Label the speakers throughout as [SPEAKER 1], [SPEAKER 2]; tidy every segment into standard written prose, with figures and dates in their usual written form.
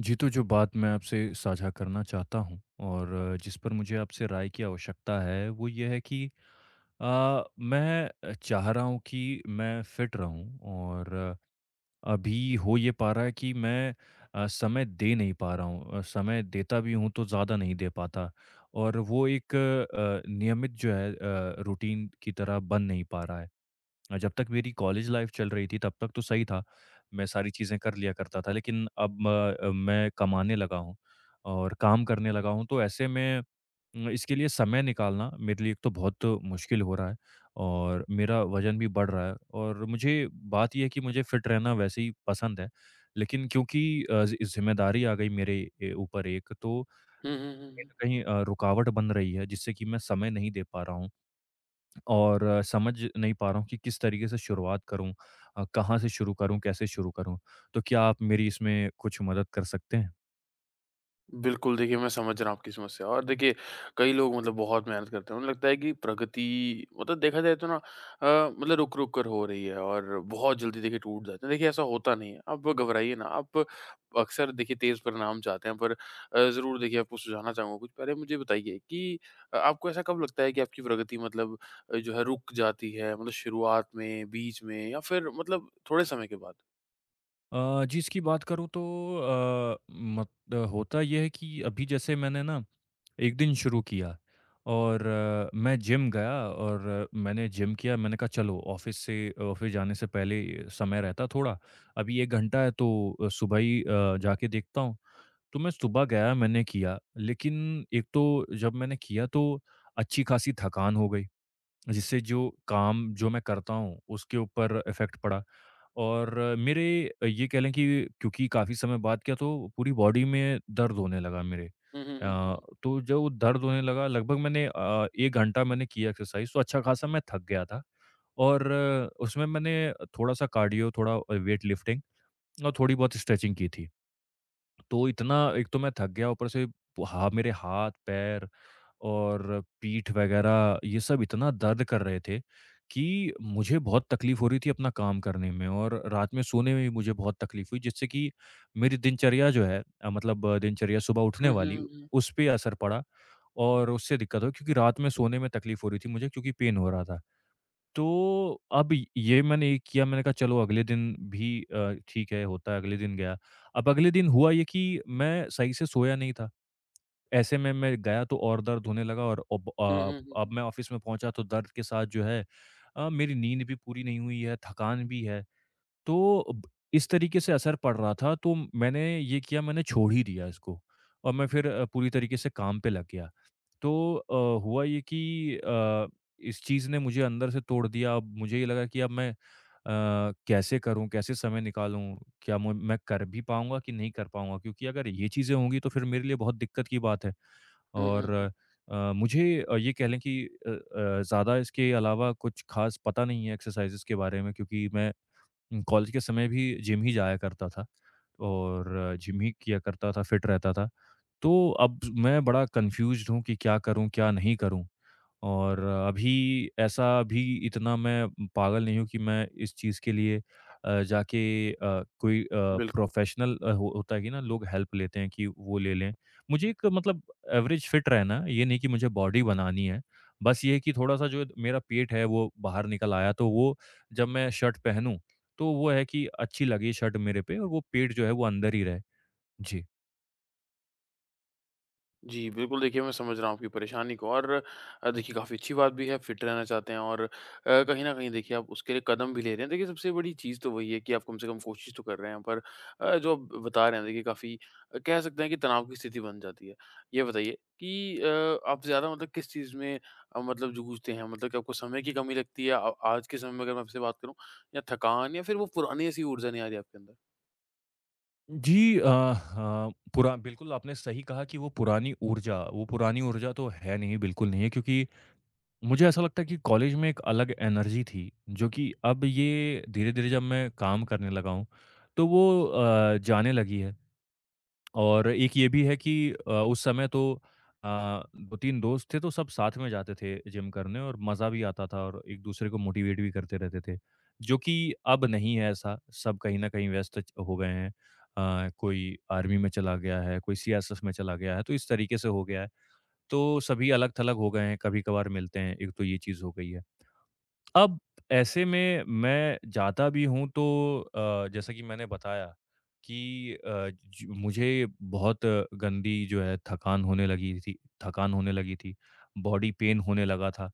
[SPEAKER 1] जी, तो जो बात मैं आपसे साझा करना चाहता हूँ और जिस पर मुझे आपसे राय की आवश्यकता है, वो ये है कि मैं चाह रहा हूँ कि मैं फिट रहूँ और अभी हो ये पा रहा है कि मैं समय दे नहीं पा रहा हूँ और समय देता भी हूँ, तो ज़्यादा नहीं दे पाता और वो एक नियमित जो है रूटीन की तरह बन नहीं पा रहा है। जब तक मेरी कॉलेज लाइफ चल रही थी तब तक तो सही था, मैं सारी चीज़ें कर लिया करता था लेकिन अब मैं कमाने लगा हूँ और काम करने लगा हूँ तो ऐसे में इसके लिए समय निकालना मेरे लिए एक तो बहुत मुश्किल हो रहा है और मेरा वज़न भी बढ़ रहा है और मुझे बात ये है कि मुझे फ़िट रहना वैसे ही पसंद है, लेकिन क्योंकि ज़िम्मेदारी आ गई मेरे ऊपर एक तो
[SPEAKER 2] हुँ, हुँ, हुँ,
[SPEAKER 1] कहीं न
[SPEAKER 2] हुँ।
[SPEAKER 1] कहीं रुकावट बन रही है जिससे कि मैं समय नहीं दे पा रहा हूँ। और समझ नहीं पा रहा हूँ कि किस तरीके से शुरुआत करूँ कहाँ से शुरू करूँ, कैसे शुरू करूँ? तो क्या आप मेरी इसमें कुछ मदद कर सकते हैं?
[SPEAKER 2] बिल्कुल, देखिए मैं समझ रहा हूँ आपकी समस्या। और देखिए, कई लोग मतलब बहुत मेहनत करते हैं, उन्हें लगता है कि प्रगति मतलब देखा जाए तो ना मतलब रुक-रुक कर हो रही है और बहुत जल्दी देखिए टूट जाते हैं। देखिए, ऐसा होता नहीं है, आप घबराइए ना। आप अक्सर देखिए तेज़ परिणाम चाहते हैं, पर ज़रूर देखिए, आपको सुझाना चाहूँगा कुछ। पहले मुझे बताइए कि आपको ऐसा कब लगता है कि आपकी प्रगति मतलब जो है रुक जाती है? मतलब शुरुआत में, बीच में या फिर मतलब थोड़े समय के बाद?
[SPEAKER 1] जी, इसकी बात करूँ तो अ, मत होता ये है कि अभी जैसे मैंने ना एक दिन शुरू किया और मैं जिम गया और मैंने जिम किया, मैंने कहा चलो ऑफ़िस से ऑफ़िस जाने से पहले समय रहता थोड़ा, अभी 1 घंटा है तो सुबह ही जाके देखता हूँ। तो मैं सुबह गया, मैंने किया, लेकिन एक तो जब मैंने किया तो अच्छी खासी थकान हो गई, जिससे जो काम जो मैं करता हूँ, उसके ऊपर इफ़ेक्ट पड़ा और मेरे ये कह लें कि क्योंकि काफ़ी समय बाद किया तो पूरी बॉडी में दर्द होने लगा मेरे।
[SPEAKER 2] हुँ, हुँ, हुँ,
[SPEAKER 1] अ,
[SPEAKER 2] हुँ।
[SPEAKER 1] तो जो दर्द होने लगा लगभग मैंने 1 घंटा मैंने किया एक्सरसाइज़ तो अच्छा खासा मैं थक गया था और उसमें मैंने थोड़ा-सा कार्डियो, थोड़ा वेट लिफ्टिंग और थोड़ी बहुत स्ट्रेचिंग की थी। तो इतना एक तो मैं थक गया ऊपर से हाँ, मेरे हाथ, पैर और पीठ वग़ैरह ये सब इतना दर्द कर रहे थे कि मुझे बहुत तकलीफ़ हो रही थी अपना काम करने में और रात में सोने में भी मुझे बहुत तकलीफ़ हुई जिससे कि मेरी दिनचर्या जो है मतलब दिनचर्या सुबह उठने
[SPEAKER 2] हुँ, हुँ,
[SPEAKER 1] वाली
[SPEAKER 2] हुँ, हुँ।
[SPEAKER 1] उस पे असर पड़ा और उससे दिक्कत हुई क्योंकि रात में सोने में तकलीफ़ हो रही थी मुझे क्योंकि पेन हो रहा था। तो अब ये मैंने ये किया, मैंने कहा चलो अगले दिन भी ठीक है होता है, अगले दिन गया। अब अगले दिन हुआ ये कि मैं सही से सोया नहीं था। ऐसे में मैं गया तो और दर्द होने लगा और अब
[SPEAKER 2] हुँ, हुँ, हुँ,
[SPEAKER 1] अब
[SPEAKER 2] हुँ।
[SPEAKER 1] मैं ऑफ़िस में पहुँचा तो दर्द के साथ जो है मेरी नींद भी पूरी नहीं हुई है, थकान भी है। तो ब इस तरीके से असर पड़ रहा था तो मैंने ये किया मैंने छोड़ ही दिया इसको और मैं फिर पूरी तरीके से काम पे लग गया। तो हुआ ये कि इस चीज़ ने मुझे अंदर से तोड़ दिया। अब मुझे ये लगा कि अब मैं कैसे करूँ, कैसे समय निकालूँ? क्या मु मैं कर भी पाऊँगा कि नहीं कर पाऊँगा? क्योंकि अगर ये चीज़ें होंगी तो फिर मेरे लिए बहुत दिक्कत की बात है
[SPEAKER 2] हुँ, हुँ,
[SPEAKER 1] और
[SPEAKER 2] हुँ।
[SPEAKER 1] मुझे ये कह लें कि ज़्यादा इसके अलावा कुछ ख़ास पता नहीं है एक्सरसाइज़ेज़ के बारे में क्योंकि मैं कॉलेज के समय भी जिम ही जाया करता था। और जिम ही किया करता था, फिट रहता था। तो अब मैं बड़ा कन्फ्यूज़्ड हूँ कि क्या करूँ, क्या नहीं करूँ? और अभी ऐसा अभी इतना मैं पागल नहीं हूँ कि मैं इस चीज़ के लिए जाके अ, कोई
[SPEAKER 2] बिल्कुल।
[SPEAKER 1] प्रोफ़ेशनल अ, हो होता है कि ना लोग हेल्प लेते हैं कि वो ले लें। मुझे एक मतलब एवरेज फ़िट रहना है, ये नहीं कि मुझे बॉडी बनानी है। बस ये है कि थोड़ा-सा जो मेरा पेट है वो बाहर निकल आया तो वो जब मैं शर्ट पहनूँ, तो वो है कि अच्छी लगे शर्ट मेरे पे और वो पेट जो है वो अंदर ही रहे। जी।
[SPEAKER 2] जी, बिल्कुल देखिए, मैं समझ रहा हूँ आपकी परेशानी को। और देखिए, काफ़ी अच्छी बात भी है, फिट रहना चाहते हैं। और कहीं न कहीं देखिए, आप उसके लिए कदम भी ले रहे हैं। देखिए, सबसे बड़ी चीज़ तो वही है कि आप कम से कम कोशिश तो कर रहे हैं। पर जो आप बता रहे हैं देखिए, काफ़ी कह सकते हैं कि तनाव की स्थिति बन जाती है। ये बताइए कि आप ज़्यादा मतलब किस चीज़ में मतलब जूझते हैं? मतलब कि आपको समय की कमी लगती है आज के समय में, अगर मैं आपसे बात करूँ, या थकान, या फिर वो पुरानी ऐसी ऊर्जा नहीं आ रही आपके अंदर?
[SPEAKER 1] जी हाँ, पुरा बिल्कुल आपने सही कहा कि वो पुरानी ऊर्जा तो है नहीं, बिल्कुल नहीं है क्योंकि मुझे ऐसा लगता है कि कॉलेज में एक अलग एनर्जी थी, जो कि अब ये धीरे-धीरे जब मैं काम करने लगा हूँ, तो वो जाने लगी है। और एक ये भी है कि उस समय तो अ, 2-3 दोस्त थे तो सब साथ में जाते थे जिम करने और मज़ा भी आता था और एक दूसरे को मोटिवेट भी करते रहते थे। जो कि अब नहीं है ऐसा, सब कहीं न कहीं व्यस्त च हो गए हैं। कोई आर्मी में चला गया है, कोई सीएसएफ में चला गया है, तो इस तरीके से हो गया है। तो सभी अलग-थलग हो गए हैं, कभी-कभार मिलते हैं, एक तो ये चीज़ हो गई है। अब ऐसे में मैं जाता भी हूँ तो जैसा कि मैंने बताया कि अ, ज मुझे बहुत गंदी जो है थकान होने लगी थी, बॉडी पेन होने लगा था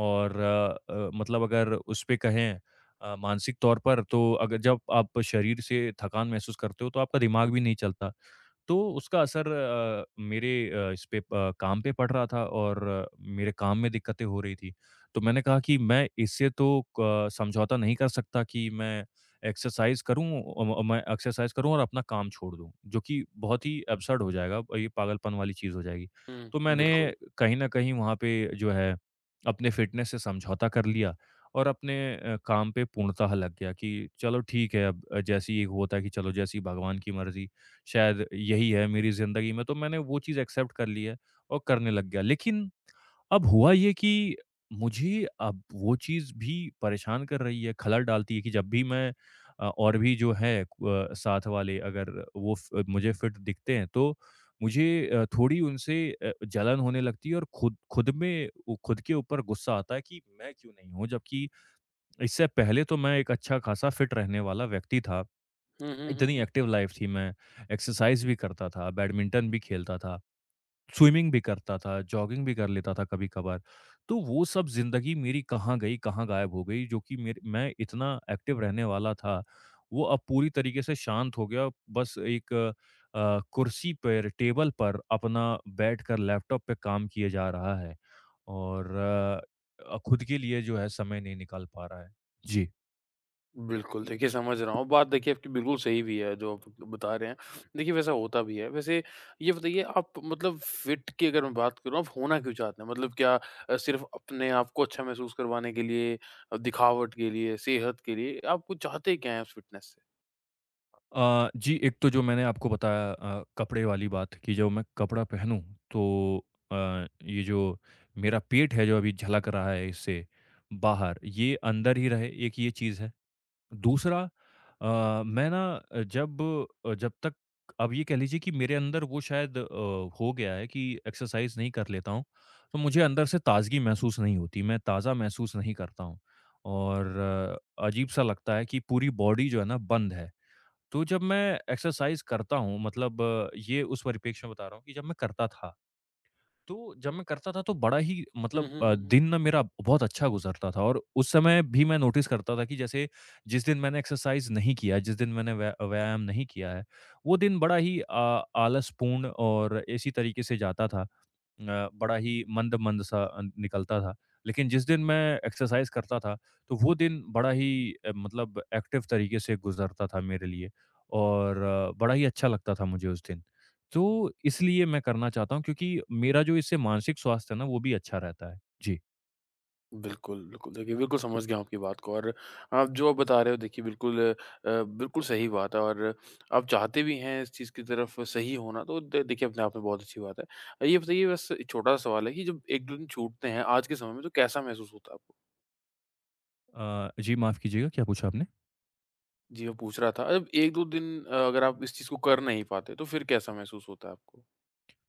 [SPEAKER 1] और मतलब अगर उस पे कहें मानसिक तौर पर तो अगर जब आप शरीर से थकान महसूस करते हो तो आपका दिमाग भी नहीं चलता। तो उसका असर मेरे इस पे काम पे पड़ रहा था और मेरे काम में दिक्कतें हो रही थी। तो मैंने कहा कि मैं इससे तो क समझौता नहीं कर सकता कि मैं एक्सरसाइज़ करूँ मैं एक्सरसाइज़ करूँ और अपना काम छोड़ दूँ, जो कि बहुत ही एब्सर्ड हो जाएगा, ये पागलपन वाली चीज़ हो जाएगी। तो
[SPEAKER 2] हुँ,
[SPEAKER 1] मैंने
[SPEAKER 2] बिल्कुल।
[SPEAKER 1] कहीं न कहीं वहाँ पे जो है अपने फ़िटनेस से समझौता कर लिया और अपने काम पे पूर्णतः लग गया कि चलो ठीक है अब जैसे ही होता है कि चलो जैसी भगवान की मर्ज़ी शायद यही है मेरी ज़िंदगी में, तो मैंने वो चीज़ एक्सेप्ट कर ली है और करने लग गया। लेकिन अब हुआ ये कि मुझे अब वो चीज़ भी परेशान कर रही है, खलल डालती है कि जब भी मैं और भी जो है क साथ वाले अगर वो फ मुझे फिट दिखते हैं, तो मुझे थोड़ी उनसे जलन होने लगती है और खुद खुद में वो खुद के ऊपर गुस्सा आता है कि मैं क्यों नहीं हूँ? जबकि इससे पहले तो मैं एक अच्छा-खासा फिट रहने वाला व्यक्ति था।
[SPEAKER 2] हुँ, हुँ, हुँ,
[SPEAKER 1] इतनी
[SPEAKER 2] हुँ।
[SPEAKER 1] एक्टिव लाइफ थी मैं, एक्सरसाइज़ भी करता था, बैडमिंटन भी खेलता था, स्विमिंग भी करता था, जॉगिंग भी कर लेता था कभी-कभार। तो वो सब ज़िंदगी मेरी कहाँ गई, कहाँ गायब हो गई जो कि मेरे मैं इतना एक्टिव रहने वाला था, वो अब पूरी तरीके से शांत हो गया। बस एक कुर्सी पर, टेबल पर अपना बैठकर लैपटॉप पे काम किए जा रहा है और खुद के लिए जो है समय नहीं निकाल पा रहा है। जी।
[SPEAKER 2] बिल्कुल, देखिए समझ रहा हूँ। बात देखिए आपकी बिल्कुल सही भी है जो आप बता रहे हैं। देखिए, वैसा होता भी है। वैसे ये बताइए, आप मतलब फिट की अगर मैं बात करूँ, आप होना क्यों चाहते हैं? मतलब क्या सिर्फ़ अपने आप को अच्छा महसूस करवाने के लिए, दिखावट के लिए, सेहत के लिए, आप कुछ चाहते क्या हैं उस फिटनेस से?
[SPEAKER 1] जी, एक तो जो मैंने आपको बताया कपड़े वाली बात कि जब मैं कपड़ा पहनूँ तो अ, ये जो मेरा पेट है जो अभी झलक रहा है इससे बाहर, ये अंदर ही रहे, एक ये चीज़ है। दूसरा मैं ना जब तक अब ये कह लीजिए कि मेरे अंदर वो शायद हो गया है कि एक्सरसाइज़ नहीं कर लेता हूँ, तो मुझे अंदर से ताज़गी महसूस नहीं होती, मैं ताज़ा महसूस नहीं करता हूँ और अजीब-सा लगता है कि पूरी बॉडी जो है ना बंद है। तो जब मैं एक्सरसाइज़ करता हूँ मतलब ये उस परिप्रेक्ष्य में बता रहा हूँ कि जब मैं करता था, तो जब मैं करता था तो बड़ा ही
[SPEAKER 2] हुँ,
[SPEAKER 1] मतलब
[SPEAKER 2] हुँ, हुँ, हुँ।
[SPEAKER 1] दिन ना मेरा बहुत अच्छा गुज़रता था और उस समय भी मैं नोटिस करता था कि जैसे जिस दिन मैंने एक्सरसाइज़ नहीं किया, जिस दिन मैंने व्यायाम नहीं किया है, वो दिन बड़ा ही आलसपूर्ण और इसी तरीके से जाता था। बड़ा ही मंद-मंद सा निकलता था। लेकिन जिस दिन मैं एक्सरसाइज़ करता था, तो वो दिन बड़ा ही मतलब एक्टिव तरीके से गुज़रता था मेरे लिए और बड़ा ही अच्छा लगता था मुझे उस दिन। तो इसलिए मैं करना चाहता हूँ क्योंकि मेरा जो इससे मानसिक स्वास्थ्य है ना, वो भी अच्छा रहता है। जी।
[SPEAKER 2] बिल्कुल, बिल्कुल। देखिए, बिल्कुल समझ गया हूँ आपकी बात को। और आप जो आप बता रहे हो देखिए, बिल्कुल बिल्कुल सही बात है। और आप चाहते भी हैं इस चीज़ की तरफ सही होना, तो द देखिए, अपने आप में बहुत अच्छी बात है। ये बताइए, बस एक छोटा-सा सवाल है कि जब 1-2 दिन छूटते हैं आज के समय में, तो कैसा महसूस होता है आपको?
[SPEAKER 1] जी माफ़ कीजिएगा, क्या पूछा आपने?
[SPEAKER 2] जी, मैं पूछ रहा था, जब 1-2 दिन अगर आप इस चीज़ को कर नहीं पाते, तो फिर कैसा महसूस होता है आपको?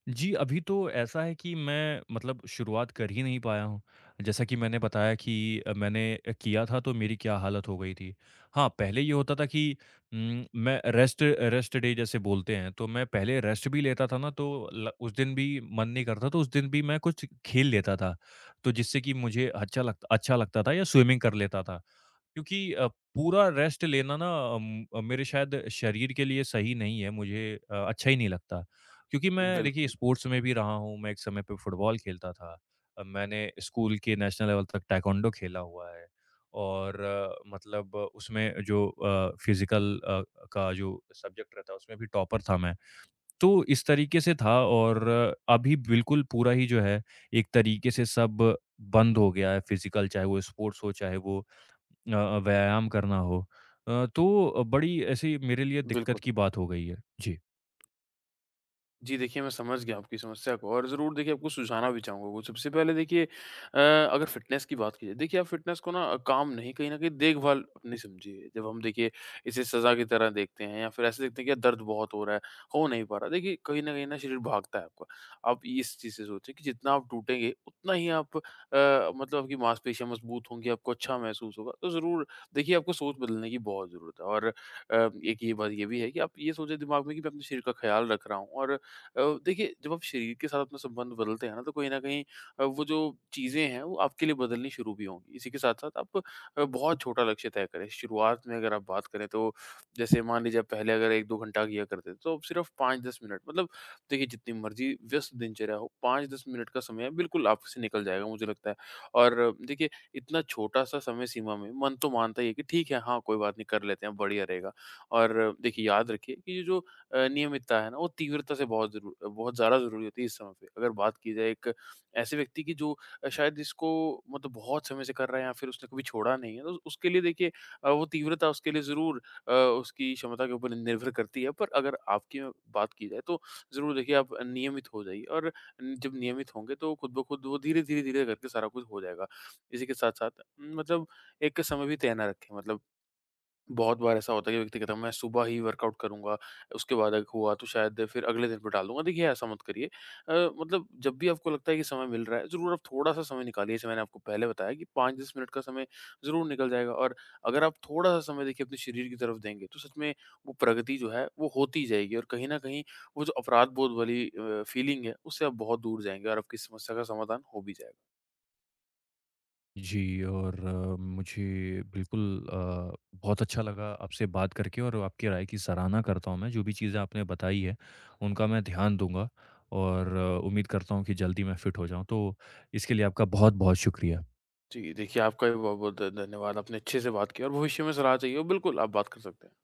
[SPEAKER 1] जी, अभी तो ऐसा है कि मैं मतलब शुरुआत कर ही नहीं पाया हूँ। जैसा कि मैंने बताया कि मैंने किया था तो मेरी क्या हालत हो गई थी। हाँ, पहले ये होता था कि मैं रेस्ट रेस्ट डे जैसे बोलते हैं, तो मैं पहले रेस्ट भी लेता था ना तो ल उस दिन भी मन नहीं करता तो उस दिन भी मैं कुछ खेल लेता था। तो जिससे कि मुझे अच्छा लगता था या स्विमिंग कर लेता था। क्योंकि पूरा रेस्ट लेना ना मेरे शायद शरीर के लिए सही नहीं है, मुझे अच्छा ही नहीं लगता। क्योंकि मैं देखिए
[SPEAKER 2] बिल्कुल,
[SPEAKER 1] स्पोर्ट्स में भी रहा हूँ, मैं एक समय पे फुटबॉल खेलता था। मैंने स्कूल के नेशनल लेवल तक ताइक्वांडो खेला हुआ है और मतलब उसमें जो फिज़िकल का जो सब्जेक्ट रहता है उसमें भी टॉपर था मैं। तो इस तरीके से था और अभी बिल्कुल पूरा ही जो है एक तरीके से सब बंद हो गया है फिज़िकल चाहे वो स्पोर्ट्स हो चाहे वो व्यायाम करना हो। तो बड़ी ऐसी मेरे लिए दिक्कत
[SPEAKER 2] बिल्कुल।
[SPEAKER 1] की बात हो गई है। जी।
[SPEAKER 2] जी, देखिए, मैं समझ गया आपकी समस्या को। और ज़रूर देखिए, आपको सुझाना भी चाहूँगा कुछ। सबसे पहले देखिए, अगर फ़िटनेस की बात की जाए, देखिए, आप फ़िटनेस को ना काम नहीं, कहीं न कहीं देखभाल अपनी समझिए। जब हम देखिए इसे सज़ा की तरह देखते हैं या फिर ऐसे देखते हैं कि यार दर्द बहुत हो रहा है, हो नहीं पा रहा। देखिए, कहीं न कहीं ना शरीर भागता है आपका। आप इस चीज़ से सोचें कि जितना आप टूटेंगे, उतना ही आप मतलब आपकी मांसपेशियाँ मज़बूत होंगी, आपको अच्छा महसूस होगा। तो ज़रूर देखिए, आपको सोच बदलने की बहुत ज़रूरत है। और एक ये बात ये भी है कि आप ये सोचें दिमाग में कि मैं अपने शरीर का ख़्याल रख रहा हूँ। और देखिए, जब आप शरीर के साथ अपना संबंध बदलते हैं ना, तो कहीं न कहीं वो जो चीज़ें हैं वो आपके लिए बदलनी शुरू भी होंगी। इसी के साथ-साथ आप बहुत छोटा लक्ष्य तय करें। शुरुआत में अगर आप बात करें तो जैसे मान लीजिए, आप पहले अगर 1-2 घंटा किया करते थे, तो अब सिर्फ 5-10 मिनट मतलब देखिए, जितनी मर्ज़ी व्यस्त दिनचर्या हो, 5-10 मिनट का समय बिल्कुल आपसे निकल जाएगा, मुझे लगता है। और देखिए, इतना छोटा-सा समय सीमा में मन तो मानता ही है कि ठीक है, हाँ, कोई बात नहीं, कर लेते हैं, बढ़िया रहेगा। और देखिए, याद रखिए कि ये जो नियमितता है ना, वो तीव्रता से बहुत ज़रूर बहुत ज़्यादा ज़रूरी होती है इस समय पे। अगर बात की जाए एक ऐसे व्यक्ति की जो शायद इसको मतलब बहुत समय से कर रहा है या फिर उसने कभी छोड़ा नहीं है, तो उसके लिए देखिए, वो तीव्रता उसके लिए ज़रूर अ, उसकी क्षमता के ऊपर निर्भर करती है। पर अगर आपकी बात की जाए, तो ज़रूर देखिए, आप नियमित हो जाइए। और जब नियमित होंगे, तो खुद ब खुद वो धीरे, धीरे, धीरे करके सारा कुछ हो जाएगा। इसी के साथ-साथ मतलब एक समय भी तय ना रखें। मतलब बहुत बार ऐसा होता है कि व्यक्ति कहता है मैं सुबह ही वर्कआउट करूँगा, उसके बाद अग हुआ तो शायद फिर अगले दिन पे टाल दूँगा। देखिए, ऐसा मत करिए। मतलब जब भी आपको लगता है कि समय मिल रहा है, ज़रूर आप थोड़ा-सा समय निकालिए। जैसे मैंने आपको पहले बताया कि 5-10 मिनट का समय ज़रूर निकल जाएगा। और अगर आप थोड़ा-सा समय देखिए अपने शरीर की तरफ देंगे, तो सच में वो प्रगति जो है वो होती जाएगी। और कहीं न कहीं वो जो अपराध बोध वाली फीलिंग है, उससे आप बहुत दूर जाएँगे और आपकी समस्या का समाधान हो भी जाएगा।
[SPEAKER 1] जी और मुझे बिल्कुल अ, बहुत अच्छा लगा आपसे बात करके और आपकी राय की सराहना करता हूँ मैं। जो भी चीज़ें आपने बताई है उनका मैं ध्यान दूँगा और उम्मीद करता हूँ कि जल्दी मैं फ़िट हो जाऊँ। तो इसके लिए आपका बहुत-बहुत शुक्रिया।
[SPEAKER 2] जी, देखिए, आपका भी बहुत-बहुत ध धन्यवाद। आपने अच्छे से बात की। और भविष्य में सलाह चाहिए हो, बिल्कुल आप बात कर सकते हैं।